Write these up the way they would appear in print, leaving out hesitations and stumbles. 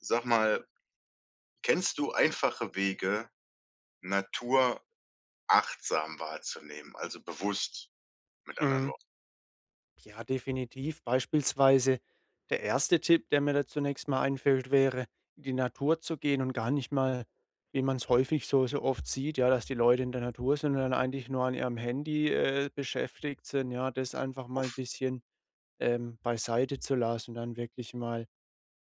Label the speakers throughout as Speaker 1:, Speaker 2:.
Speaker 1: Sag mal, kennst du einfache Wege, Natur achtsam wahrzunehmen, also bewusst mit anderen
Speaker 2: Mhm.
Speaker 1: Worten?
Speaker 2: Ja, definitiv. Beispielsweise der erste Tipp, der mir da zunächst mal einfällt, wäre, in die Natur zu gehen und gar nicht mal, wie man es häufig so oft sieht, ja, dass die Leute in der Natur sind und dann eigentlich nur an ihrem Handy, beschäftigt sind, ja, das einfach mal ein bisschen, beiseite zu lassen und dann wirklich mal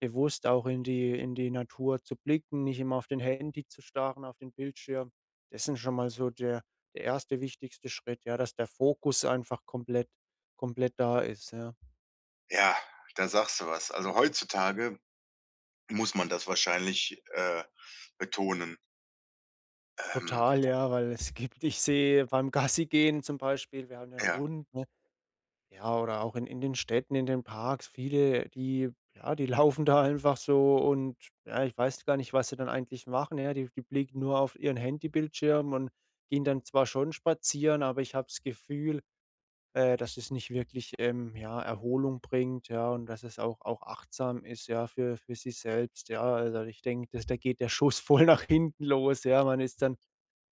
Speaker 2: bewusst auch in die Natur zu blicken, nicht immer auf den Handy zu starren, auf den Bildschirm. Das sind schon mal so der der erste wichtigste Schritt, ja, dass der Fokus einfach komplett da ist, ja.
Speaker 1: Ja, da sagst du was. Also heutzutage muss man das wahrscheinlich, betonen. Ähm,
Speaker 2: Total, ja, weil es gibt ich sehe beim Gassi gehen zum Beispiel, wir haben ja 'n
Speaker 1: ja,
Speaker 2: Hund. Ja, oder auch in den Städten, in den Parks, viele, die ja, die laufen da einfach so und ja, ich weiß gar nicht, was sie dann eigentlich machen, ja. Die blicken nur auf ihren Handybildschirm und gehen dann zwar schon spazieren, aber ich habe das Gefühl, dass es nicht wirklich, ja, Erholung bringt, ja, und dass es auch auch achtsam ist, ja, für sich selbst, ja. Also, ich denke, dass da geht der Schuss voll nach hinten los, ja. Man ist dann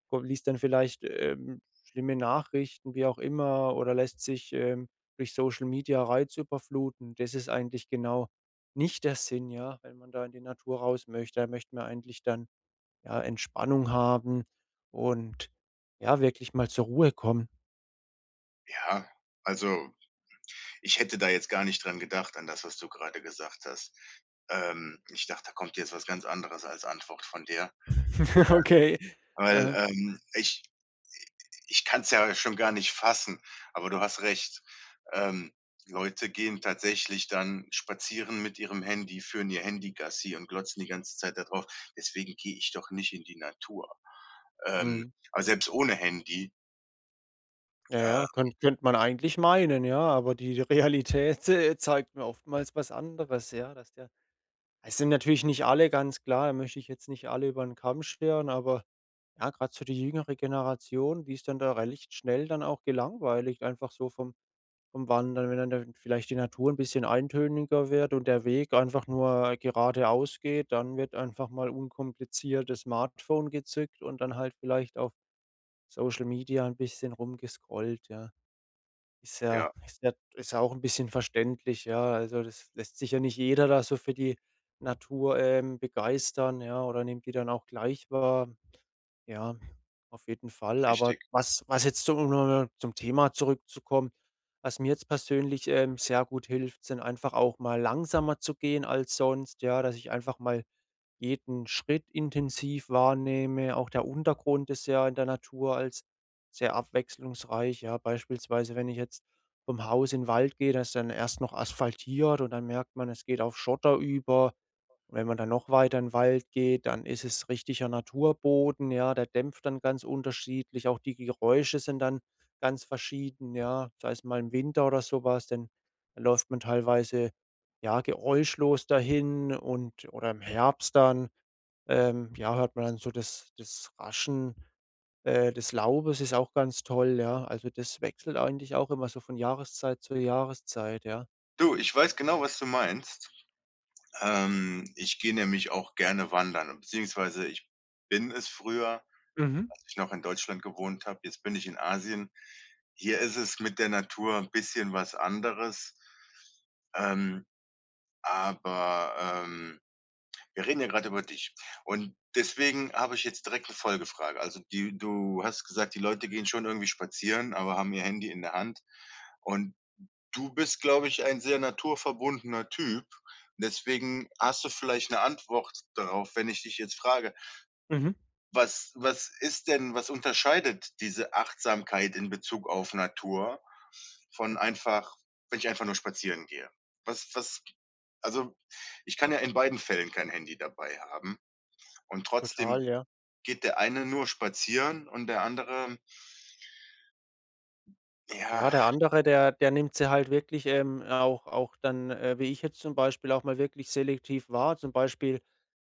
Speaker 2: ko liest dann vielleicht, schlimme Nachrichten, wie auch immer, oder lässt sich, durch Social Media reizüberfluten. Das ist eigentlich genau nicht der Sinn, ja, wenn man da in die Natur raus möchte. Da möchte man eigentlich dann, ja, Entspannung haben und, ja, wirklich mal zur Ruhe kommen.
Speaker 1: ja. Also, ich hätte da jetzt gar nicht dran gedacht an das, was du gerade gesagt hast. Ich dachte, da kommt jetzt was ganz anderes als Antwort von dir,
Speaker 2: Okay.
Speaker 1: weil,
Speaker 2: Aha.
Speaker 1: ich Ich kann es ja schon gar nicht fassen, aber du hast recht. Ähm, Leute gehen tatsächlich dann spazieren mit ihrem Handy, führen ihr Handy Gassi und glotzen die ganze Zeit da drauf. Deswegen gehe ich doch nicht in die Natur. Ähm,
Speaker 2: Mhm.
Speaker 1: aber selbst ohne Handy
Speaker 2: Ja, ja,
Speaker 1: äh,
Speaker 2: könnte man eigentlich meinen, ja, aber die Realität, zeigt mir oftmals was anderes, ja, dass der es sind natürlich nicht alle, ganz klar, da möchte ich jetzt nicht alle über den Kamm scheren, aber ja, gerade so die jüngere Generation, die ist dann da recht schnell dann auch gelangweilt, einfach so vom Wandern, wenn dann da vielleicht die Natur ein bisschen eintöniger wird und der Weg einfach nur geradeaus geht, dann wird einfach mal unkompliziert das Smartphone gezückt und dann halt vielleicht auf Social Media ein bisschen rumgescrollt, ja. Ist ja
Speaker 1: ja,
Speaker 2: ist ja ist ja auch ein bisschen verständlich, ja. Also, das lässt sich ja nicht jeder da so für die Natur, begeistern, ja, oder nimmt die dann auch gleich wahr. Ja, auf jeden Fall. Aber
Speaker 1: richtig.
Speaker 2: was jetzt so um noch zum Thema zurückzukommen, was mir jetzt persönlich, sehr gut hilft, sind einfach auch mal langsamer zu gehen als sonst, ja, dass ich einfach mal jeden Schritt intensiv wahrnehme. Auch der Untergrund ist ja in der Natur als sehr abwechslungsreich, ja. Beispielsweise, wenn ich jetzt vom Haus in den Wald gehe, das ist dann erst noch asphaltiert und dann merkt man, es geht auf Schotter über. Wenn man dann noch weiter in 'n Wald geht, dann ist es richtiger Naturboden, ja, der dämpft dann ganz unterschiedlich. Auch die Geräusche sind dann ganz verschieden, ja, sei es mal im Winter oder sowas, was, denn da läuft man teilweise, ja, geräuschlos dahin und oder im Herbst dann, ja, hört man dann so das Raschen, des Laubes ist auch ganz toll, ja. Also, das wechselt eigentlich auch immer so von Jahreszeit zu Jahreszeit, ja.
Speaker 1: Du, ich weiß genau, was du meinst. Ich gehe nämlich auch gerne wandern, beziehungsweise ich bin es früher,
Speaker 2: Mhm,
Speaker 1: als ich noch in Deutschland gewohnt habe. Jetzt bin ich in Asien. Hier ist es mit der Natur 'n bisschen was anderes. Ähm, aber, ähm, wir reden ja gerade über dich. Und deswegen habe ich jetzt direkt eine Folgefrage. Also, die du hast gesagt, die Leute gehen schon irgendwie spazieren, aber haben ihr Handy in der Hand. Und du bist, glaube ich, ein sehr naturverbundener Typ. Deswegen hast du vielleicht eine Antwort darauf, wenn ich dich jetzt frage:
Speaker 2: mhm.
Speaker 1: was ist denn, was unterscheidet diese Achtsamkeit in Bezug auf Natur von einfach, wenn ich einfach nur spazieren gehe? Was, also, ich kann ja in beiden Fällen kein Handy dabei haben und
Speaker 2: Total,
Speaker 1: trotzdem
Speaker 2: ja.
Speaker 1: geht der eine nur spazieren und der andere, ja,
Speaker 2: Ja, der andere, der nimmt sie halt wirklich, auch auch dann, wie ich jetzt zum Beispiel, auch mal wirklich selektiv wahr. Zum Beispiel,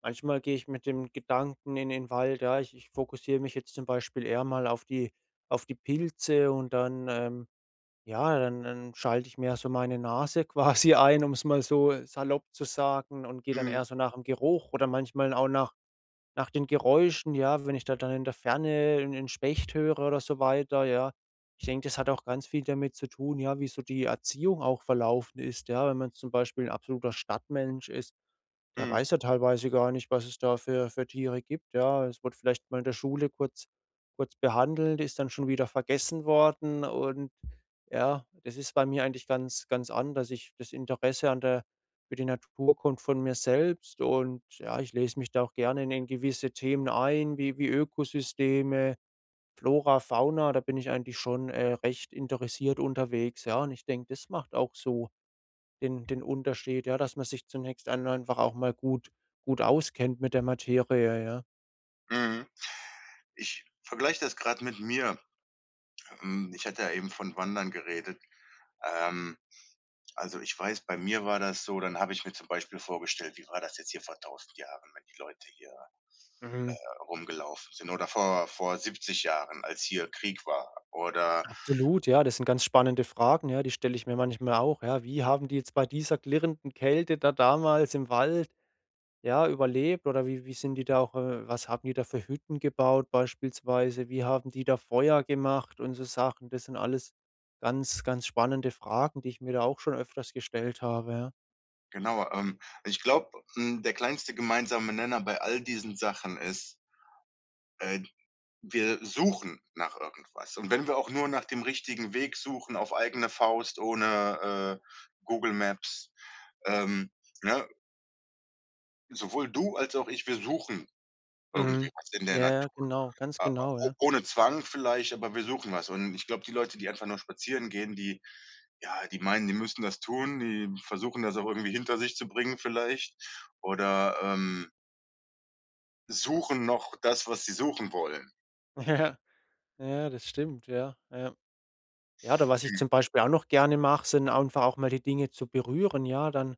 Speaker 2: manchmal gehe ich mit dem Gedanken in den Wald, ja, ich fokussiere mich jetzt zum Beispiel eher mal auf die Pilze und dann, ja, dann schalte ich mehr so meine Nase quasi ein, um es mal so salopp zu sagen und gehe dann
Speaker 1: mhm,
Speaker 2: eher so nach dem Geruch oder manchmal auch nach nach den Geräuschen, ja, wenn ich da dann in der Ferne 'n Specht höre oder so weiter, ja. Ich denke, das hat auch ganz viel damit zu tun, ja, wie so die Erziehung auch verlaufen ist, ja, wenn man zum Beispiel ein absoluter Stadtmensch ist. Der
Speaker 1: mhm,
Speaker 2: weiß ja teilweise gar nicht, was es da für Tiere gibt, ja. Es wurde vielleicht mal in der Schule kurz behandelt, ist dann schon wieder vergessen worden und ja, das ist bei mir eigentlich ganz anders. Ich das Interesse an der für die Natur kommt von mir selbst und ja, ich lese mich da auch gerne in gewisse Themen ein, wie Ökosysteme, Flora, Fauna, da bin ich eigentlich schon, recht interessiert unterwegs, ja, und ich denke, das macht auch so den Unterschied, ja, dass man sich zunächst einmal einfach auch mal gut auskennt mit der Materie, ja.
Speaker 1: mhm. Ich vergleiche das gerade mit mir. Hm, ich hatte ja eben von Wandern geredet. Ähm Also, ich weiß, bei mir war das so, dann habe ich mir zum Beispiel vorgestellt, wie war das jetzt hier vor 1.000 Jahren, wenn die Leute hier,
Speaker 2: Mhm.
Speaker 1: rumgelaufen sind oder vor 70 Jahren, als hier Krieg war oder
Speaker 2: Absolut, ja, das sind ganz spannende Fragen, ja, die stelle ich mir manchmal auch, ja. Wie haben die jetzt bei dieser klirrenden Kälte da damals im Wald, ja, überlebt oder wie sind die da auch was haben die da für Hütten gebaut beispielsweise? Wie haben die da Feuer gemacht und so Sachen? Das sind alles ganz, ganz spannende Fragen, die ich mir da auch schon öfters gestellt habe, ja.
Speaker 1: genau, ich glaube, hm, der kleinste gemeinsame Nenner bei all diesen Sachen ist, äh, wir suchen nach irgendwas. Und wenn wir auch nur nach dem richtigen Weg suchen auf eigene Faust ohne, Google Maps, ähm, ne, sowohl du als auch ich, wir suchen irgendwie
Speaker 2: Mhm.
Speaker 1: was in der
Speaker 2: Ja, ja,
Speaker 1: Natur.
Speaker 2: genau, ganz
Speaker 1: Ah,
Speaker 2: genau,
Speaker 1: o
Speaker 2: ja.
Speaker 1: ohne Zwang vielleicht, aber wir suchen was. Und ich glaube, die Leute, die einfach nur spazieren gehen, die, ja, die meinen, die müssen das tun, die versuchen das auch irgendwie hinter sich zu bringen vielleicht oder, suchen noch das, was sie suchen wollen.
Speaker 2: Ja. Ja, das stimmt, ja, ja. Ja, oder was ich
Speaker 1: Mhm.
Speaker 2: zum Beispiel auch noch gerne mache, sind einfach auch mal die Dinge zu berühren, ja, dann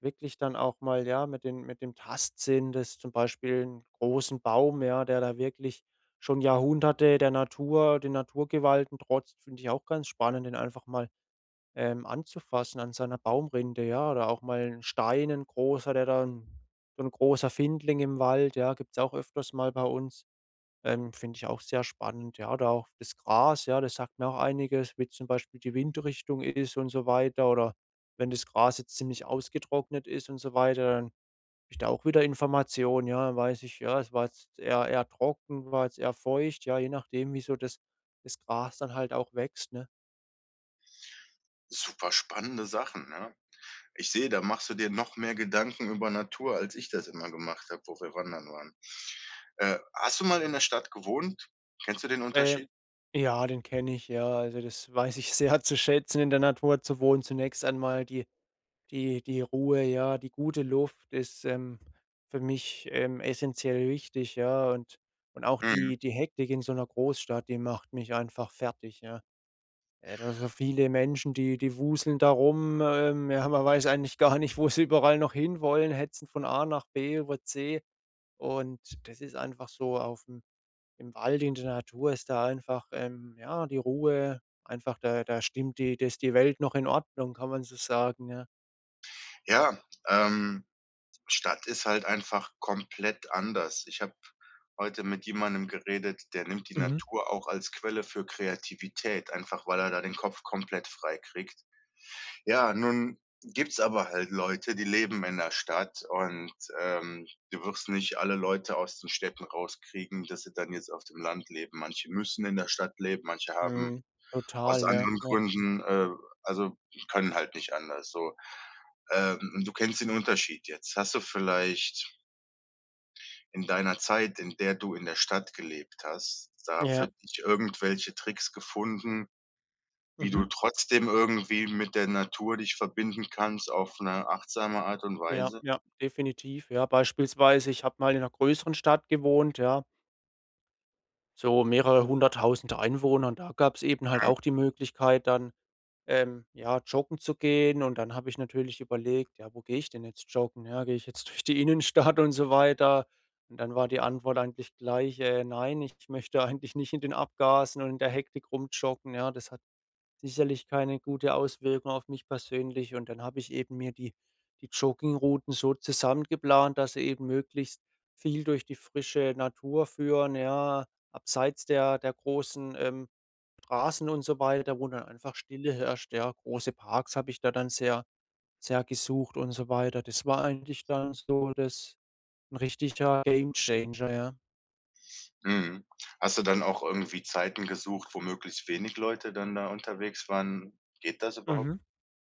Speaker 2: wirklich dann auch mal, ja, mit den mit dem Tastsinn das zum Beispiel einen großen Baum, ja, der da wirklich schon Jahrhunderte der Natur den Naturgewalten trotzt, finde ich auch ganz spannend, den einfach mal, anzufassen an seiner Baumrinde, ja, oder auch mal einen Stein, 'n großer, der dann so ein großer Findling im Wald, ja, gibt's auch öfters mal bei uns. Finde ich auch sehr spannend, ja. Oder auch das Gras, ja, das sagt mir auch einiges, wie zum Beispiel die Windrichtung ist und so weiter. Oder wenn das Gras jetzt ziemlich ausgetrocknet ist und so weiter, dann habe ich da auch wieder Informationen, ja. Dann weiß ich, ja, es war jetzt eher, eher trocken, war jetzt eher feucht, ja, je nachdem, wie so das, das Gras dann halt auch wächst, ne?
Speaker 1: Super spannende Sachen, ne? Ich sehe, da machst du dir noch mehr Gedanken über Natur, als ich das immer gemacht habe, wo wir wandern waren. Hast du mal in der Stadt gewohnt? Kennst du den
Speaker 2: Äh,
Speaker 1: Unterschied?
Speaker 2: ja, den kenne ich, ja. Also das weiß ich sehr zu schätzen, in der Natur zu wohnen. Zunächst einmal die die Ruhe, ja, die gute Luft ist, für mich, essenziell wichtig, ja, und auch
Speaker 1: Mhm.
Speaker 2: die Hektik in so einer Großstadt, die macht mich einfach fertig, ja. Da so viele Menschen, die wuseln da rum, ja, man weiß eigentlich gar nicht, wo sie überall noch hinwollen, hetzen von A nach B über C und das ist einfach so aufm im Wald, in der Natur ist da einfach, ja, die Ruhe, einfach da da stimmt die da ist die Welt noch in Ordnung, kann man so sagen, ja.
Speaker 1: Ja, ähm Stadt ist halt einfach komplett anders. Ich habe heute mit jemandem geredet, der nimmt die
Speaker 2: Mhm.
Speaker 1: Natur auch als Quelle für Kreativität, einfach weil er da den Kopf komplett frei kriegt. Ja, nun gibt's aber halt Leute, die leben in der Stadt und, ähm, du wirst nicht alle Leute aus den Städten rauskriegen, dass sie dann jetzt auf dem Land leben. Manche müssen in der Stadt leben, manche haben
Speaker 2: Mhm.
Speaker 1: aus
Speaker 2: Total, ja,
Speaker 1: anderen
Speaker 2: ja.
Speaker 1: Gründen, also können halt nicht anders so. Und du kennst den Unterschied jetzt. Hast du vielleicht in deiner Zeit, in der du in der Stadt gelebt hast, da für
Speaker 2: Ja.
Speaker 1: dich irgendwelche Tricks gefunden, wie du
Speaker 2: Mhm.
Speaker 1: trotzdem irgendwie mit der Natur dich verbinden kannst auf 'ne achtsame Art und
Speaker 2: Ja,
Speaker 1: Weise?
Speaker 2: ja, definitiv. Ja, beispielsweise, ich habe mal in einer größeren Stadt gewohnt, ja, so mehrere 100.000 Einwohner und da gab es eben halt
Speaker 1: Mhm.
Speaker 2: auch die Möglichkeit dann, ja, joggen zu gehen und dann habe ich natürlich überlegt: „Ja, wo gehe ich denn jetzt joggen? Ja, gehe ich jetzt durch die Innenstadt und so weiter?“ Und dann war die Antwort eigentlich gleich: nein, ich möchte eigentlich nicht in den Abgasen und in der Hektik rumjoggen.“ Ja, das sicherlich keine gute Auswirkung auf mich persönlich. Und dann habe ich eben mir die die Joggingrouten so zusammengeplant, dass sie eben möglichst viel durch die frische Natur führen, ja, abseits der großen, Straßen und so weiter, wo dann einfach Stille herrscht, ja. Große Parks habe ich da dann sehr gesucht und so weiter. Das war eigentlich dann so das ein richtiger Gamechanger, ja.
Speaker 1: Mhm. Hast du dann auch irgendwie Zeiten gesucht, wo möglichst wenig Leute dann da unterwegs waren? Geht das überhaupt?
Speaker 2: Mhm.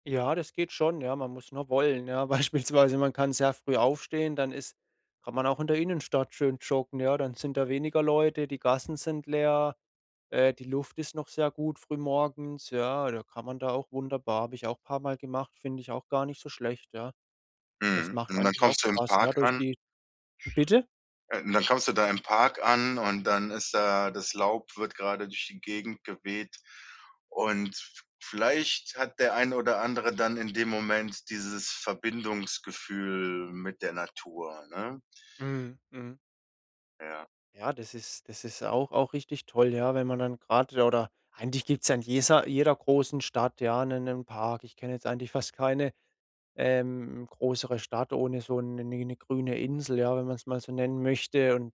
Speaker 2: Ja, das geht schon, ja. Man muss nur wollen, ja. Beispielsweise, man kann sehr früh aufstehen, dann ist kann man auch in der Innenstadt schön joggen, ja. Dann sind da weniger Leute, die Gassen sind leer, die Luft ist noch sehr gut frühmorgens, ja. Da kann man da auch wunderbar habe ich auch ein paar mal gemacht, finde ich auch gar nicht so schlecht, ja. Das
Speaker 1: Mhm.
Speaker 2: macht
Speaker 1: Und dann
Speaker 2: eigentlich auch
Speaker 1: kommst du im
Speaker 2: Spaß, ja,
Speaker 1: Park
Speaker 2: durch
Speaker 1: an.
Speaker 2: die bitte?
Speaker 1: Und dann kommst du da im Park an und dann ist da, das Laub wird gerade durch die Gegend geweht, und vielleicht hat der ein oder andere dann in dem Moment dieses Verbindungsgefühl mit der Natur, ne?
Speaker 2: Mhm, mhm.
Speaker 1: Ja.
Speaker 2: Ja, das ist auch auch richtig toll, ja, wenn man dann gerade oder eigentlich gibt's ja in jeser jeder großen Stadt, ja, einen Park. Ich kenne jetzt eigentlich fast keine größere Stadt ohne so eine grüne Insel, ja, wenn man es mal so nennen möchte. Und,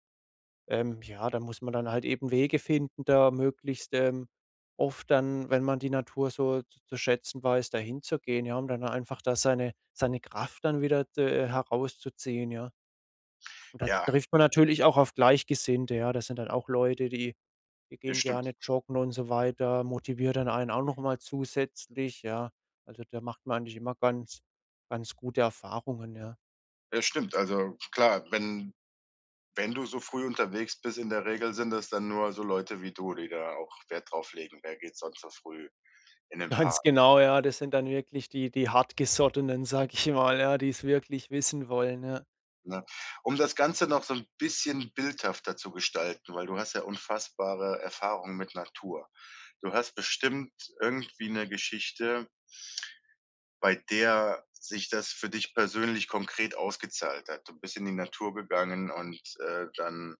Speaker 2: ja, da muss man dann halt eben Wege finden, da möglichst, oft dann, wenn man die Natur so zu schätzen weiß, dahin zu gehen. Ja, um dann einfach da seine Kraft dann wieder herauszuziehen, ja. Und da
Speaker 1: Ja,
Speaker 2: trifft man natürlich auch auf Gleichgesinnte, ja. Das sind dann auch Leute, die wir
Speaker 1: das
Speaker 2: gehen gerne
Speaker 1: stimmt.
Speaker 2: joggen und so weiter, motiviert dann einen auch noch mal zusätzlich, ja. Also, da macht man eigentlich immer ganz ganz gute Erfahrungen, ja.
Speaker 1: Das stimmt. Also, klar, wenn du so früh unterwegs bist, in der Regel sind das dann nur so Leute wie du, die da auch Wert drauf legen. Wer geht sonst so früh in den
Speaker 2: Ganz
Speaker 1: Park?
Speaker 2: genau, ja, das sind dann wirklich die Hartgesottenen, sag ich mal, ja, die es wirklich wissen wollen, ja.
Speaker 1: Ne? Um das Ganze noch so ein bisschen bildhafter zu gestalten, weil du hast ja unfassbare Erfahrungen mit Natur. Du hast bestimmt irgendwie 'ne Geschichte, bei der sich das für dich persönlich konkret ausgezahlt hat. Du bist in die Natur gegangen und, dann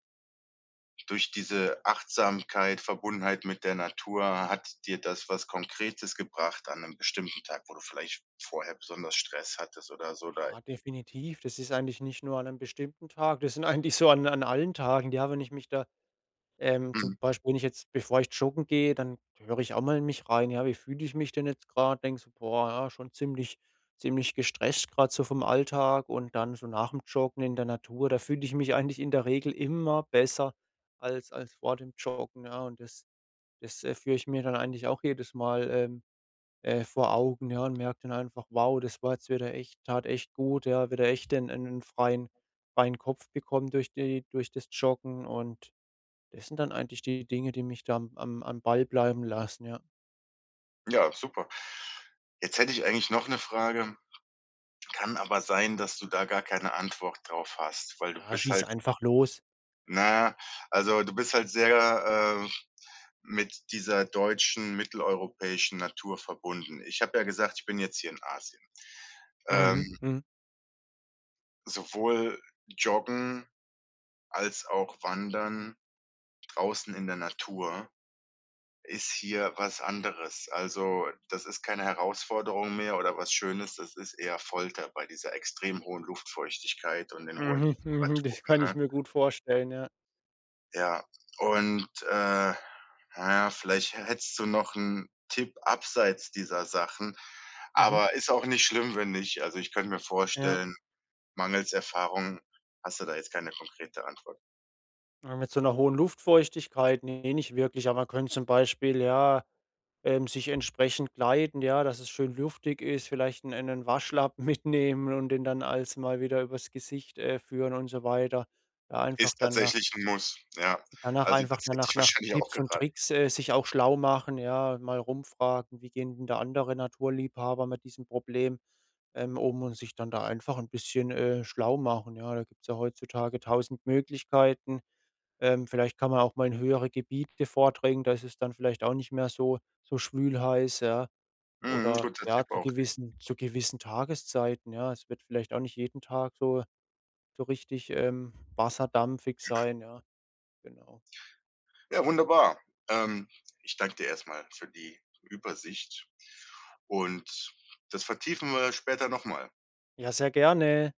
Speaker 1: durch diese Achtsamkeit, Verbundenheit mit der Natur hat dir das was Konkretes gebracht an 'nem bestimmten Tag, wo du vielleicht vorher besonders Stress hattest oder so da,
Speaker 2: Ja, definitiv. Das ist eigentlich nicht nur an einem bestimmten Tag, das sind eigentlich so an allen Tagen, ja, wenn ich mich da zum
Speaker 1: mhm.
Speaker 2: Beispiel, wenn ich jetzt bevor ich joggen gehe, dann höre ich auch mal in mich rein, ja, wie fühle ich mich denn jetzt gerade? Denke so: „Boah, ja, schon ziemlich gestresst gerade so vom Alltag“ und dann so nach dem Joggen in der Natur, da fühle ich mich eigentlich in der Regel immer besser als vor dem Joggen, ja, und das führe ich mir dann eigentlich auch jedes Mal, vor Augen, ja, und merke dann einfach: „Wow, das war jetzt wieder echt tat echt gut, ja, wieder echt 'n einen freien Kopf bekommen durch die durch das Joggen“ und das sind dann eigentlich die Dinge, die mich da am Ball bleiben lassen, ja.
Speaker 1: Ja, super. Jetzt hätte ich eigentlich noch eine Frage. Kann aber sein, dass du da gar keine Antwort drauf hast, weil du
Speaker 2: Ja,
Speaker 1: bist
Speaker 2: schieß
Speaker 1: halt,
Speaker 2: einfach los.
Speaker 1: na ja, also, du bist halt sehr, mit dieser deutschen, mitteleuropäischen Natur verbunden. Ich habe ja gesagt, ich bin jetzt hier in Asien.
Speaker 2: Mhm,
Speaker 1: Ähm,
Speaker 2: mhm,
Speaker 1: sowohl Joggen als auch Wandern draußen in der Natur ist hier was anderes. Also, das ist keine Herausforderung mehr oder was Schönes, das ist eher Folter bei dieser extrem hohen Luftfeuchtigkeit und den hohen
Speaker 2: mhm,
Speaker 1: Temperaturen,
Speaker 2: das kann ich
Speaker 1: ne?
Speaker 2: mir gut vorstellen, ja.
Speaker 1: Ja. Und, na ja, vielleicht hättest du noch einen Tipp abseits dieser Sachen,
Speaker 2: Mhm,
Speaker 1: aber ist auch nicht schlimm, wenn nicht. Also, ich könnte mir
Speaker 2: ja.
Speaker 1: vorstellen, mangels Erfahrung hast du da jetzt keine konkrete Antwort.
Speaker 2: Aber mit so einer hohen Luftfeuchtigkeit, nee, nicht wirklich, aber man könnte zum Beispiel, ja, sich entsprechend kleiden, ja, dass es schön luftig ist, vielleicht einen Waschlappen mitnehmen und den dann als mal wieder übers Gesicht, führen und so weiter. Da einfach
Speaker 1: Ist
Speaker 2: dann nach
Speaker 1: tatsächlich ein Muss, ja.
Speaker 2: danach
Speaker 1: Also,
Speaker 2: einfach
Speaker 1: das hätte ich
Speaker 2: danach nach
Speaker 1: wahrscheinlich auch
Speaker 2: Tipps und
Speaker 1: geraten.
Speaker 2: Tricks, sich auch schlau machen, ja, mal rumfragen: „Wie gehen denn da andere Naturliebhaber mit diesem Problem, um?“ Und sich dann da einfach ein bisschen, schlau machen, ja? Da gibt's ja heutzutage 1.000 Möglichkeiten. Vielleicht kann man auch mal in höhere Gebiete vordringen, da ist es dann vielleicht auch nicht mehr so schwül-heiß, ja?
Speaker 1: Mhm,
Speaker 2: Oder
Speaker 1: guter
Speaker 2: ja,
Speaker 1: Tipp auch.
Speaker 2: zu gewissen Tageszeiten, ja? Es wird vielleicht auch nicht jeden Tag so richtig, wasserdampfig sein, ja, genau.
Speaker 1: Ja, wunderbar. Ähm, ich danke dir erstmal für die Übersicht und das vertiefen wir später nochmal.
Speaker 2: Ja, sehr gerne.